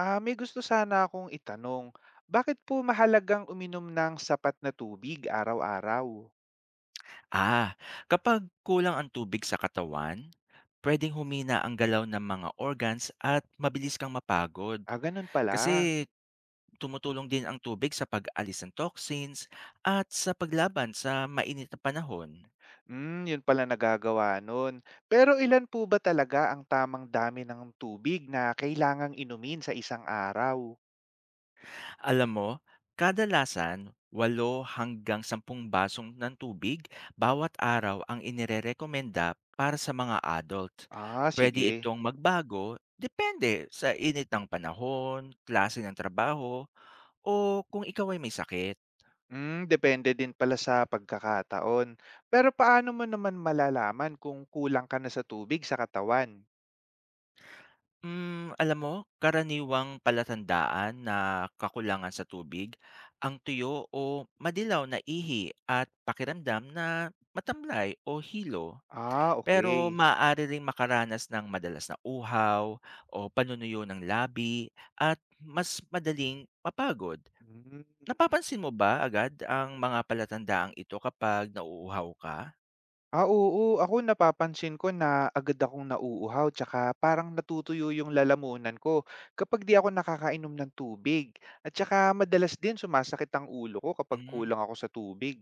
May gusto sana akong itanong. Bakit po mahalagang uminom ng sapat na tubig araw-araw? Ah, kapag kulang ang tubig sa katawan, pwedeng humina ang galaw ng mga organs at mabilis kang mapagod. Ganun pala. Kasi tumutulong din ang tubig sa pag-alis ng toxins at sa paglaban sa mainit na panahon. Hmm, yun pala nagagawa nun. Pero ilan po ba talaga ang tamang dami ng tubig na kailangang inumin sa isang araw? Alam mo, kadalasan, 8 hanggang 10 basong ng tubig bawat araw ang inirerekomenda para sa mga adult. Pwede Sige. itong magbago depende sa init ng panahon, klase ng trabaho, o kung ikaw ay may sakit. Hmm, depende din pala sa pagkakataon. Pero paano mo naman malalaman kung kulang ka na sa tubig sa katawan? Hmm, alam mo, karaniwang palatandaan na kakulangan sa tubig, ang tuyo o madilaw na ihi at pakiramdam na matamlay o hilo. Pero Okay. maaari ring makaranas ng madalas na uhaw o panunuyo ng labi at mas madaling mapagod. Hmm. Napapansin mo ba agad ang mga palatandaang ito kapag nauuhaw ka? Oo. Ako napapansin ko na agad akong nauuhaw tsaka parang natutuyo yung lalamunan ko kapag di ako nakakainom ng tubig. At tsaka madalas din sumasakit ang ulo ko kapag Hmm. kulang ako sa tubig.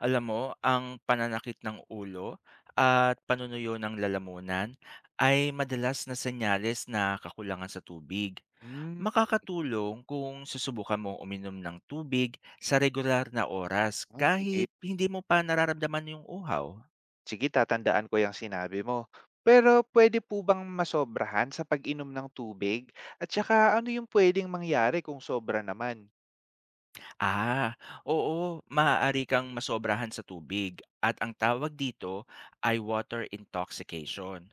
Alam mo, ang pananakit ng ulo at panunuyo ng lalamunan ay madalas na senyales na kakulangan sa tubig. Hmm, Makakatulong kung susubukan mong uminom ng tubig sa regular na oras Sige. kahit hindi mo pa nararamdaman yung uhaw. Sige, tatandaan ko yung sinabi mo. Pero pwede po bang masobrahan sa pag-inom ng tubig? At tsaka ano yung pwedeng mangyari kung sobra naman? Ah, oo, maaari kang masobrahan sa tubig at ang tawag dito ay water intoxication,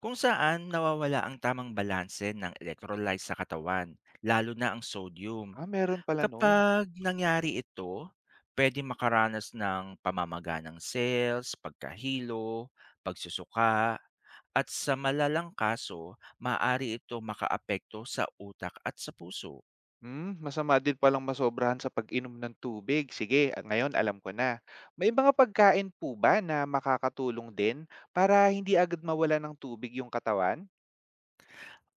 kung saan nawawala ang tamang balanse ng electrolytes sa katawan, lalo na ang sodium. Meron pala noon. Kapag nangyari ito, pwede makaranas ng pamamaga ng cells, pagkahilo, pagsusuka, at sa malalang kaso, maaari ito makaapekto sa utak at sa puso. Hmm, masama din palang masobrahan sa pag-inom ng tubig. Sige, ngayon alam ko na. May mga pagkain po ba na makakatulong din para hindi agad mawala ng tubig yung katawan?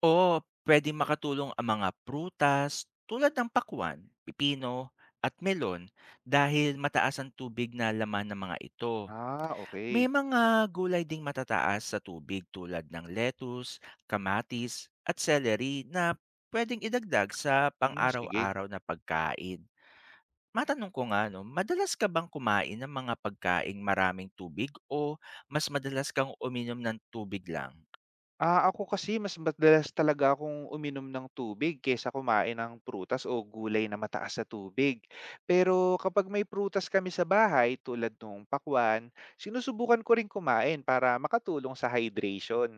O pwede makatulong ang mga prutas tulad ng pakwan, pipino, at melon dahil mataas ang tubig na laman ng mga ito. Okay. May mga gulay ding matataas sa tubig tulad ng lettuce, kamatis, at celery na pwedeng idagdag sa Hmm, sige. pang-araw-araw na pagkain. Matanong ko nga, no, madalas ka bang kumain ng mga pagkaing maraming tubig o mas madalas kang uminom ng tubig lang? Ako kasi mas madalas talaga akong uminom ng tubig kaysa kumain ng prutas o gulay na mataas sa tubig. Pero kapag may prutas kami sa bahay tulad nung pakwan, sinusubukan ko rin kumain para makatulong sa hydration.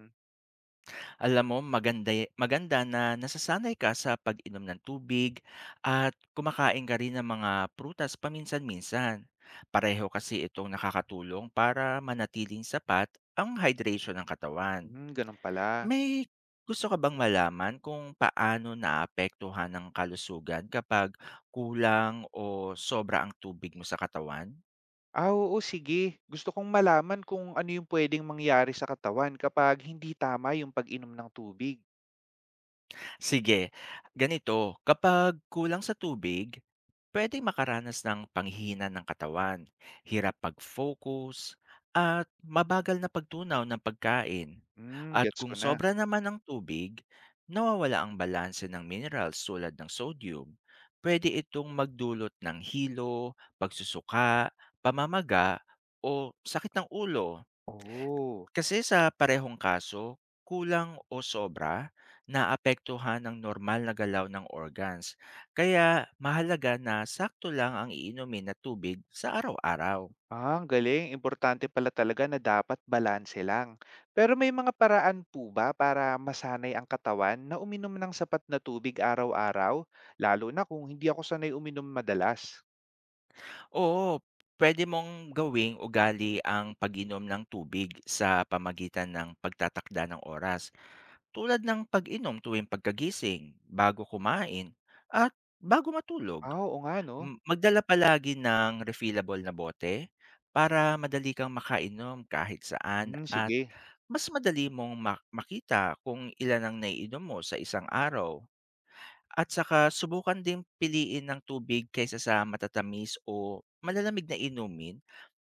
Alam mo, maganda, maganda na nasasanay ka sa pag-inom ng tubig at kumakain ka rin ng mga prutas paminsan-minsan. Pareho kasi itong nakakatulong para manatiling sapat ang hydration ng katawan. Hmm, ganun pala. May gusto ka bang malaman kung paano naapektuhan ng kalusugan kapag kulang o sobra ang tubig mo sa katawan? Oo sige. Gusto kong malaman kung ano yung pwedeng mangyari sa katawan kapag hindi tama yung pag-inom ng tubig. Sige, ganito, kapag kulang sa tubig, pwedeng makaranas ng panghihina ng katawan, hirap pag-focus, at mabagal na pagtunaw ng pagkain. Hmm, At gets kung ko na. sobra naman ang tubig, nawawala ang balanse ng minerals tulad ng sodium, pwede itong magdulot ng hilo, pagsusuka, pamamaga, o sakit ng ulo Oo. kasi sa parehong kaso, kulang o sobra, naapektuhan ang normal na galaw ng organs. Kaya mahalaga na sakto lang ang iinumin na tubig sa araw-araw. Ang galing. Importante pala talaga na dapat balanse lang. Pero may mga paraan po ba para masanay ang katawan na uminom ng sapat na tubig araw-araw? Lalo na kung hindi ako sanay uminom madalas. Oo, pwede mong gawing ugali ang pag-inom ng tubig sa pamagitan ng pagtatakda ng oras. Tulad ng pag-inom tuwing pagkagising, bago kumain, at bago matulog. Oo nga no. Magdala palagi ng refillable na bote para madali kang makainom kahit saan Hmm, at sige. mas madali mong makita kung ilan ang naiinom mo sa isang araw. At saka subukan din piliin ng tubig kaysa sa matatamis o malalamig na inumin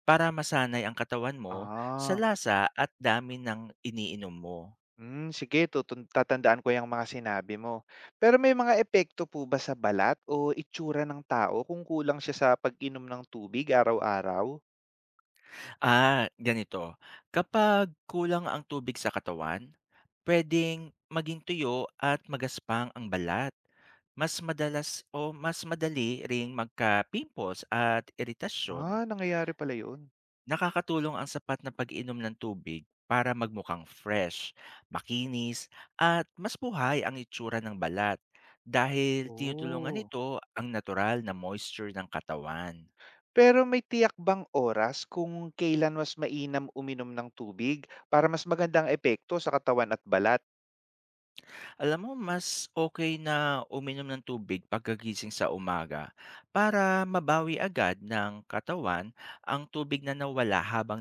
para masanay ang katawan mo sa Ah. lasa at dami ng iniinom mo. Hmm, sige tatandaan ko yung mga sinabi mo. Pero may mga epekto po ba sa balat o itsura ng tao kung kulang siya sa pag-inom ng tubig araw-araw? Ah, ganito. Kapag kulang ang tubig sa katawan, pwedeng maging tuyo at magaspang ang balat. Mas madalas o mas madali ring magka-pimples at iritasyon. Nangyayari pala yun. Nakakatulong ang sapat na pag-inom ng tubig para magmukhang fresh, makinis, at mas buhay ang itsura ng balat dahil tinutulungan Oh. nito ang natural na moisture ng katawan. Pero may tiyak bang oras kung kailan mas mainam uminom ng tubig para mas magandang epekto sa katawan at balat? Alam mo, mas okay na uminom ng tubig pagkagising sa umaga para mabawi agad ng katawan ang tubig na nawala habang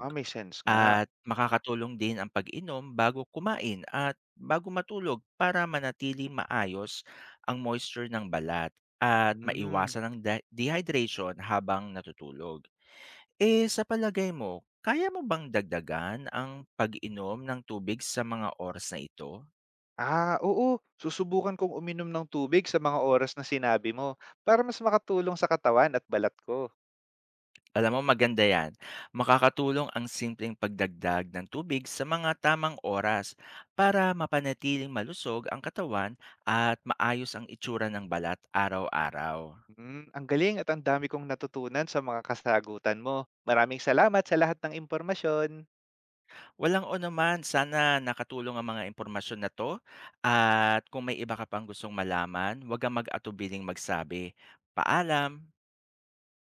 May sense nga. at makakatulong din ang pag-inom bago kumain at bago matulog para manatiling maayos ang moisture ng balat at Hmm. maiwasan ang dehydration habang natutulog. Eh, sa palagay mo, kaya mo bang dagdagan ang pag-inom ng tubig sa mga oras na ito? Oo. Susubukan kong uminom ng tubig sa mga oras na sinabi mo para mas makatulong sa katawan at balat ko. Alam mo, maganda yan. Makakatulong ang simpleng pagdagdag ng tubig sa mga tamang oras para mapanatiling malusog ang katawan at maayos ang itsura ng balat araw-araw. Mm, ang galing at ang dami kong natutunan sa mga kasagutan mo. Maraming salamat sa lahat ng impormasyon. Walang o naman, sana nakatulong ang mga impormasyon na to at kung may iba ka pang gustong malaman, huwag kang mag-atubiling magsabi. Paalam!